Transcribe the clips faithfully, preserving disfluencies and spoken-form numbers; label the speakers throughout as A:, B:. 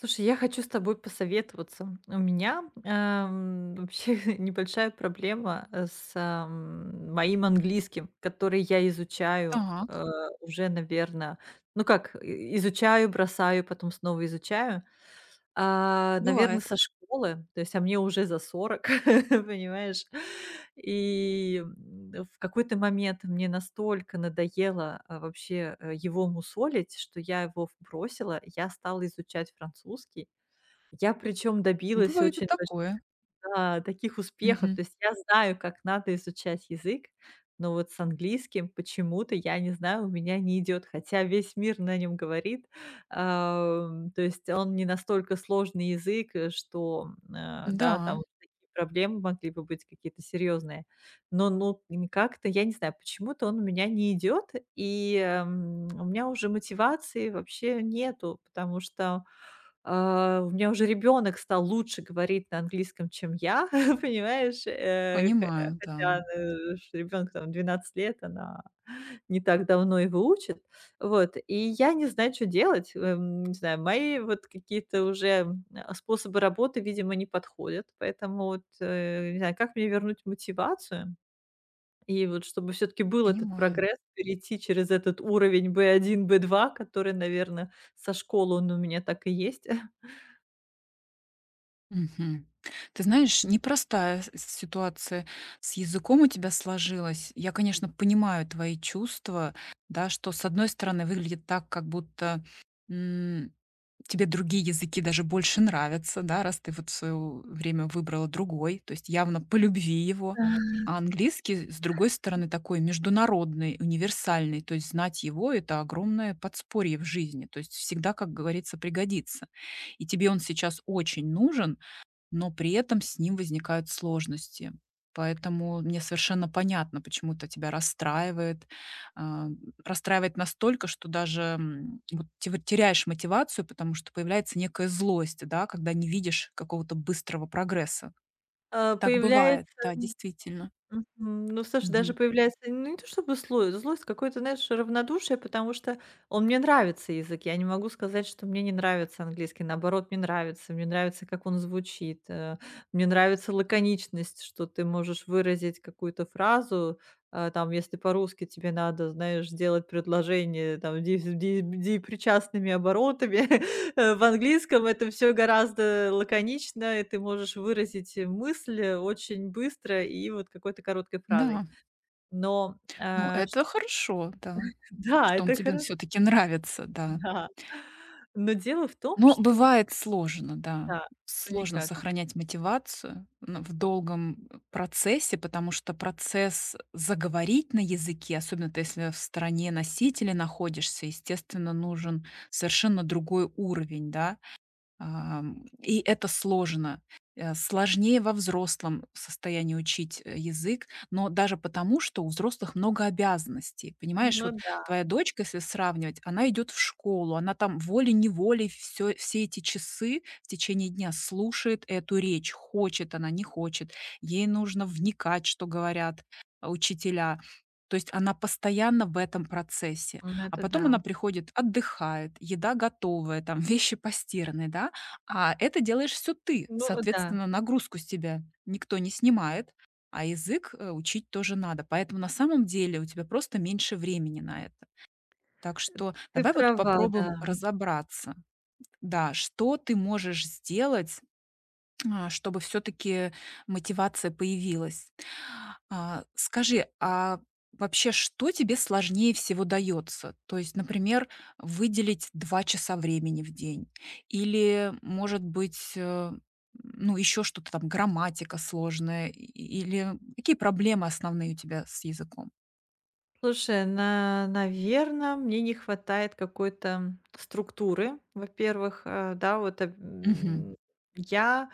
A: Слушай, я хочу с тобой посоветоваться. У меня, эм, вообще небольшая проблема, э, с, эм, моим английским, который я изучаю,
B: Так,
A: э, уже, наверное, ну как, и изучаю, бросаю, потом снова изучаю. Наверное,
B: бывает.
A: со школы, то есть, а мне уже за сорок, понимаешь? И, м, в какой-то момент мне настолько надоело, а, вообще, э, его мусолить, что я его бросила. Я стала изучать французский. Я причем добилась
B: Бывает и
A: очень больших,
B: такое.
A: да, таких успехов.
B: Мгм.
A: То есть я знаю, как надо изучать язык, но вот с английским почему-то, я не знаю, у меня не идет, хотя весь мир на нем говорит. Ам, то есть он не настолько сложный язык, э, что, м, э, да,
B: Да,
A: там такие проблемы могли бы быть какие-то серьезные. Но, ну, н как-то, я не знаю, почему-то он у меня не идет, и, эм, у меня уже мотивации вообще нету, потому что а, у меня уже ребенок стал лучше говорить на английском, чем я, понимаешь? Э, хо
B: понимаю, да,
A: хотя, ребенок там двенадцать лет, она не так давно его учит. Вот, и я не знаю, что делать. Эм, не знаю, мои вот какие-то уже, м, а, способы работы, видимо, не подходят, поэтому вот, э, не знаю, как мне вернуть мотивацию? И вот чтобы все таки был этот
B: понимаю.
A: прогресс, перейти через этот уровень би один, би два, который, наверное, со школы он у меня так и есть.
B: Мгм. Ты знаешь, непростая с- ситуация с языком у тебя сложилась. Я, конечно, понимаю твои чувства, да, что с одной стороны выглядит так, как будто тебе другие языки даже больше нравятся, да, раз ты вот в своё время выбрала другой, то есть явно по любви его. А английский, с другой стороны, такой международный, универсальный, то есть знать его- это огромное подспорье в жизни, то есть всегда, как говорится, пригодится. И тебе он сейчас очень нужен, но при этом с ним возникают сложности. Поэтому мне совершенно понятно, почему это тебя расстраивает. А, расстраивает настолько, что даже, м, вот те вот теряешь мотивацию, потому что появляется некая злость, да, когда не видишь какого-то быстрого прогресса.
A: А,
B: Так
A: появляется,
B: бывает, да,
A: м,
B: действительно.
A: мгм. Ну, слушай, даже
B: Мгм.
A: появляется, ну, не то чтобы сло злость, какое-то, знаешь, равнодушие, потому что он мне нравится язык. Я не могу сказать, что мне не нравится английский. Наоборот, мне нравится. Мне нравится, как он звучит. Э, мне нравится лаконичность, что ты можешь выразить какую-то фразу. А, там, если по-русски тебе надо, знаешь, сделать предложение, там, ди ди ди причастными оборотами. Э, в английском это все гораздо лаконично, и ты можешь выразить, э, мысль, э, очень быстро и вот какой-то короткой фразой.
B: Да,
A: Но,
B: ну
A: э, чт
B: это хорошо, да,
A: да,
B: что он
A: это
B: тебе
A: хорошо,
B: все-таки нравится, да.
A: да. Но дело в том,
B: Но
A: что
B: бывает сложно, да.
A: да, что
B: Сложно
A: никак.
B: сохранять мотивацию н- в долгом э, процессе, потому что процесс заговорить на языке, особенно ты, если в стороне носителя находишься, естественно, нужен совершенно другой уровень, да. Ам, и это сложно. Э, сложнее во взрослом состоянии учить, э, язык, но даже потому, что у взрослых много обязанностей. Понимаешь,
A: Ну
B: вот
A: да,
B: твоя дочка, если сравнивать, она идет в школу, она там волей-неволей все все эти часы в течение дня слушает эту речь, хочет она, не хочет. Ей нужно вникать, что говорят, а, учителя. То есть она постоянно в этом процессе.
A: ну
B: А
A: это
B: потом
A: да.
B: она приходит, отдыхает, еда готовая, там вещи постиранные, да. А это делаешь все ты.
A: Ну да,
B: Соответственно, нагрузку с тебя никто не снимает, а язык, э, учить тоже надо. Поэтому на самом деле у тебя просто меньше времени на это. Так что
A: ты
B: давай вот
A: права, да.
B: попробуем разобраться. Да, что ты можешь сделать, а, чтобы все-таки мотивация появилась. А, Скажи, а вообще что тебе сложнее всего дается? То есть, например, выделить два часа времени в день? Или, может быть, э, ну, еще что-то там, грамматика сложная? и- Или какие проблемы основные у тебя с языком?
A: Слушай, на наверно, мне не хватает какой-то структуры. Во-первых, э, да, вот, э,
B: Мгм.
A: м, я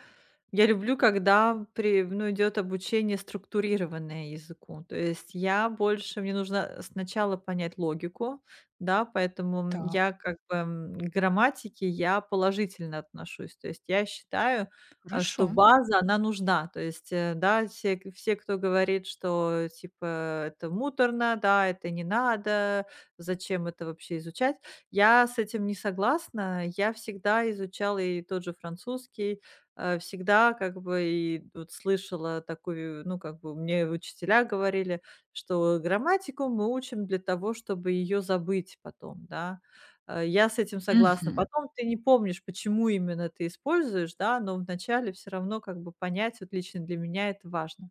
A: я люблю, когда при ну, идет обучение структурированное языку. То есть я больше мне нужно сначала понять логику, да, поэтому
B: Так,
A: я как бы, м, к грамматике я положительно отношусь. То есть я считаю, а, что
B: хорошо.
A: база, она нужна. То есть, э, да, все, к- все, кто говорит, что типа это муторно, да, это не надо, зачем это вообще изучать, я с этим не согласна. Я всегда изучала и тот же французский, э, всегда как бы и вот слышала такую, ну, как бы мне учителя говорили, что грамматику мы учим для того, чтобы ее забыть потом, да. Э, я с этим согласна.
B: Мгм.
A: Потом ты не помнишь, почему именно ты используешь, да, но вначале все равно как бы понять, вот лично для меня это важно.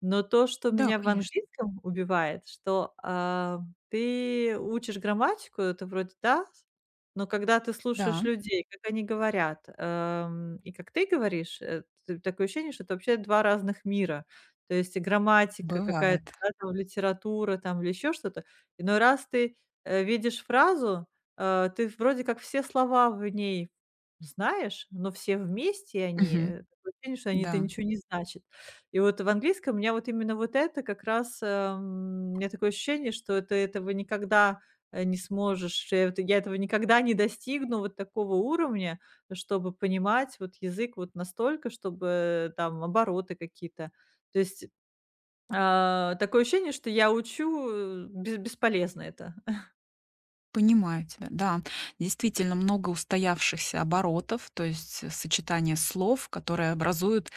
A: Но то, что
B: Да,
A: меня в
B: конечно.
A: английском убивает, что, а, ты учишь грамматику, это вроде да, но когда ты слушаешь
B: Да,
A: людей, как они говорят, эм, и как ты говоришь, э, т такое ощущение, что это вообще два разных мира. То есть и грамматика какая-то,
B: бывает.
A: да, там литература там или еще что-то. Иной раз ты, э, видишь фразу, э, ты вроде как все слова в ней знаешь, но все вместе они, э,
B: Мгм.
A: такое ощущение, что они это
B: Да.
A: ничего не значат. И вот в английском у меня вот именно вот это как раз, эм, у меня такое ощущение, что ты этого никогда, э, не сможешь, что я вот я этого никогда не достигну вот такого уровня, чтобы понимать вот язык вот настолько, чтобы там обороты какие-то. То есть, а, такое ощущение, что я учу, э, бес бесполезно это.
B: Понимаю тебя, да. Действительно много устоявшихся оборотов, то есть, э, сочетание слов, которые образуют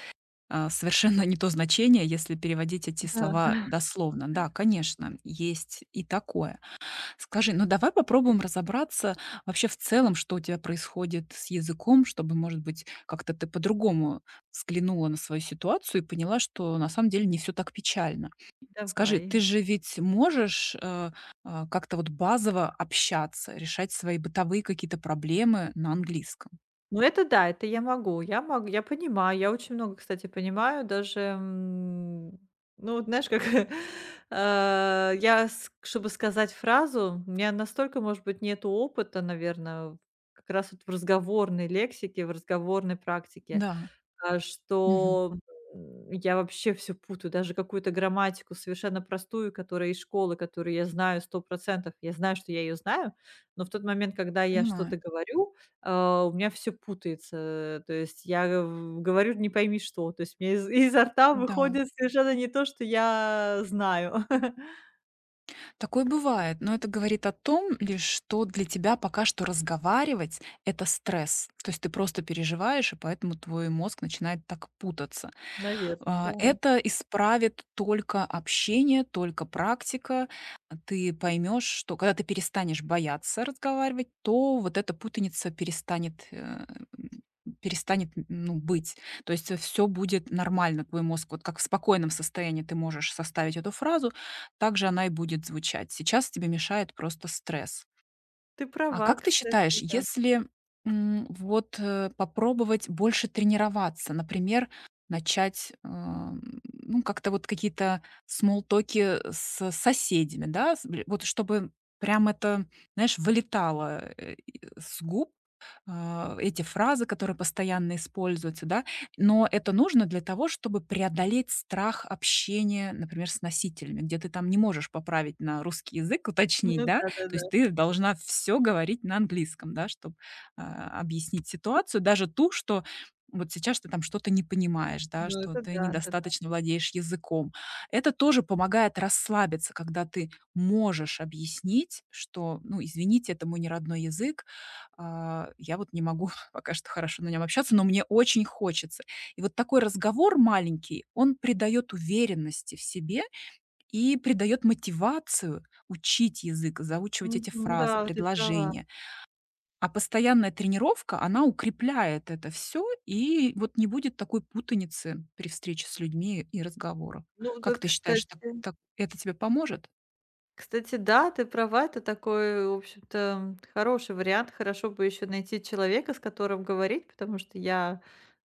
B: а, совершенно не то значение, если переводить эти
A: Да.
B: слова дословно. Да, конечно, есть и такое. Скажи, ну давай попробуем разобраться вообще в целом, что у тебя происходит с языком, чтобы, может быть, как-то ты по-другому взглянула на свою ситуацию и поняла, что на самом деле не все так печально. Скажи,
A: Давай.
B: ты же ведь можешь, э, а, как-то вот базово общаться, решать свои бытовые какие-то проблемы на английском?
A: Ну, это да, это я могу. Я могу, я понимаю, я очень много, кстати, понимаю. Даже, м, ну, вот знаешь, как, а, я, с чтобы сказать фразу, у меня настолько, может быть, нету опыта, наверное, как раз вот в разговорной лексике, в разговорной практике,
B: Да.
A: а,
B: Мгм.
A: что, м, я вообще все путаю, даже какую-то грамматику совершенно простую, которая из школы, которую я знаю сто процентов. Я знаю, что я ее знаю, но в тот момент, когда я
B: Понимаю.
A: что-то говорю, а, у меня все путается. То есть я э, в говорю не пойми что. То есть у меня из изо рта
B: Да.
A: выходит совершенно не то, что я знаю.
B: Такое бывает, но это говорит о том лишь, что для тебя пока что разговаривать — это стресс. То есть ты просто переживаешь, и поэтому твой мозг начинает так путаться.
A: Наверно,
B: А,
A: да.
B: Это исправит только общение, только практика. Ты поймешь, что когда ты перестанешь бояться разговаривать, то вот эта путаница перестанет э, перестанет ну, быть. То есть все будет нормально, твой мозг, вот как в спокойном состоянии ты можешь составить эту фразу, так же она и будет звучать. Сейчас тебе мешает просто стресс.
A: Ты
B: А
A: права,
B: как ты считаешь,
A: кстати, да.
B: если м, вот э, попробовать больше тренироваться, например, начать, ам, ну, как-то вот какие-то смолтоки с соседями, да, с- бли- вот чтобы прям это, знаешь, вылетало э, и- с губ а, эти фразы, которые постоянно используются, да. Но это нужно для того, чтобы преодолеть страх общения, например, с носителями, где ты там не можешь поправить на русский язык, уточнить,
A: Ну
B: да. То есть
A: да-да-да.
B: ты должна все говорить на английском, да, чтобы объяснить ситуацию, даже ту, что вот сейчас ты там что-то не понимаешь, да,
A: Ну
B: что
A: это
B: ты
A: да, да, да.
B: недостаточно владеешь языком. Это тоже помогает расслабиться, когда ты можешь объяснить, что, ну, извините, это мой не родной язык, а я вот не могу пока что хорошо на нем общаться, но мне очень хочется. И вот такой разговор маленький, он придает уверенности в себе и придает мотивацию учить язык, заучивать эти
A: Мгм.
B: фразы,
A: Да, ты права.
B: предложения. А постоянная тренировка, она укрепляет это все, и вот не будет такой путаницы при встрече с людьми и разговорах.
A: Ну вот,
B: Как
A: вот,
B: ты считаешь,
A: кстати
B: так, так это тебе поможет?
A: Кстати, да, ты права, это такой, в общем-то, хороший вариант. Хорошо бы еще найти человека, с которым говорить, потому что я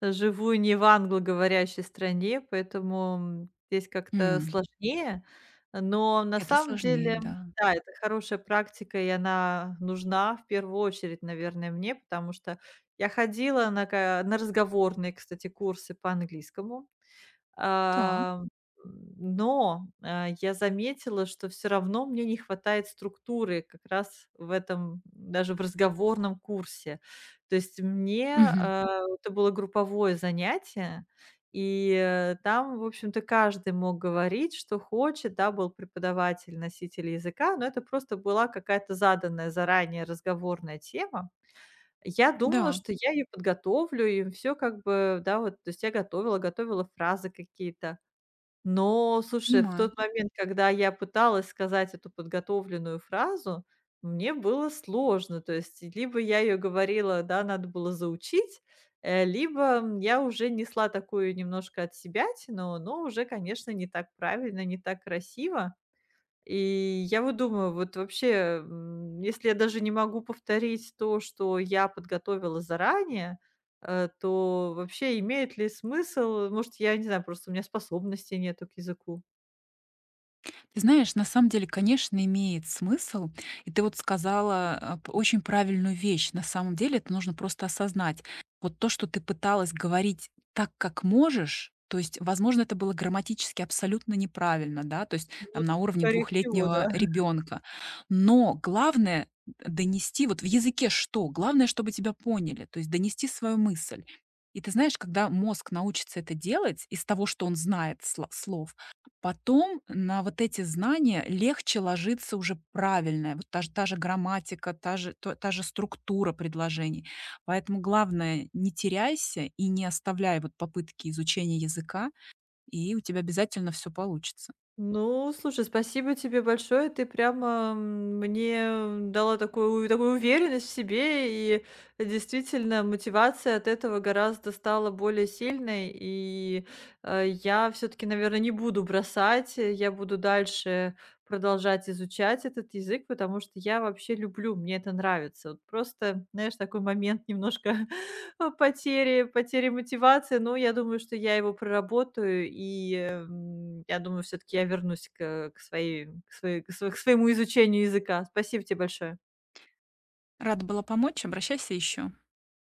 A: живу не в англоговорящей стране, поэтому здесь как-то
B: М,
A: сложнее. Но на
B: это
A: самом
B: сложнее,
A: деле,
B: да.
A: да, это хорошая практика, и она нужна в первую очередь, наверное, мне, потому что я ходила на, ка- на разговорные, кстати, курсы по английскому.
B: Так.
A: А, м, но, а, я заметила, что все равно мне не хватает структуры как раз в этом, даже в разговорном курсе. То есть мне,
B: Мгм.
A: а, это было групповое занятие, и, э, там, в общем-то, каждый мог говорить, что хочет. Да, был преподаватель, носитель языка, но это просто была какая-то заданная заранее разговорная тема. Я думала,
B: Да,
A: что я ее подготовлю, и все как бы, да, вот, то есть я готовила, готовила фразы какие-то. Но, слушай, в
B: понимаю.
A: тот момент, когда я пыталась сказать эту подготовленную фразу, мне было сложно. То есть либо я ее говорила, да, надо было заучить, э, либо, я уже несла такую немножко от себя, но, но уже, конечно, не так правильно, не так красиво. И я вот думаю, вот вообще, м, если я даже не могу повторить то, что я подготовила заранее, э, то вообще имеет ли смысл? Может, я не знаю, просто у меня способностей нету к языку.
B: Ты знаешь, на самом деле, конечно, имеет смысл. И ты вот сказала а, п- очень правильную вещь. На самом деле, это нужно просто осознать. Вот то, что ты пыталась говорить так, как можешь, то есть, возможно, это было грамматически абсолютно неправильно, да, то есть
A: Ну,
B: там на уровне
A: скорее всего, да.
B: двухлетнего ребенка. Но главное донести, вот в языке что? Главное, чтобы тебя поняли, то есть донести свою мысль. И ты знаешь, когда мозг научится это делать из того, что он знает сло- слов. Потом на вот эти знания легче ложится уже правильная, вот та же, та же грамматика, та же, то- та же структура предложений. Поэтому главное, не теряйся и не оставляй вот попытки изучения языка, и у тебя обязательно все получится.
A: Ну, слушай, спасибо тебе большое. Ты прямо, м, мне дала такую, такую уверенность в себе, и действительно мотивация от этого гораздо стала более сильной. И, э, я все-таки, наверное, не буду бросать, э, я буду дальше продолжать изучать этот язык, потому что я вообще люблю, мне это нравится. Вот просто, знаешь, такой момент немножко а, потери потери мотивации, но я думаю, что я его проработаю, и, эм, я думаю, все таки я вернусь к, э, к своей к своей к св к своему изучению языка. Спасибо тебе большое.
B: Рада была помочь, обращайся еще.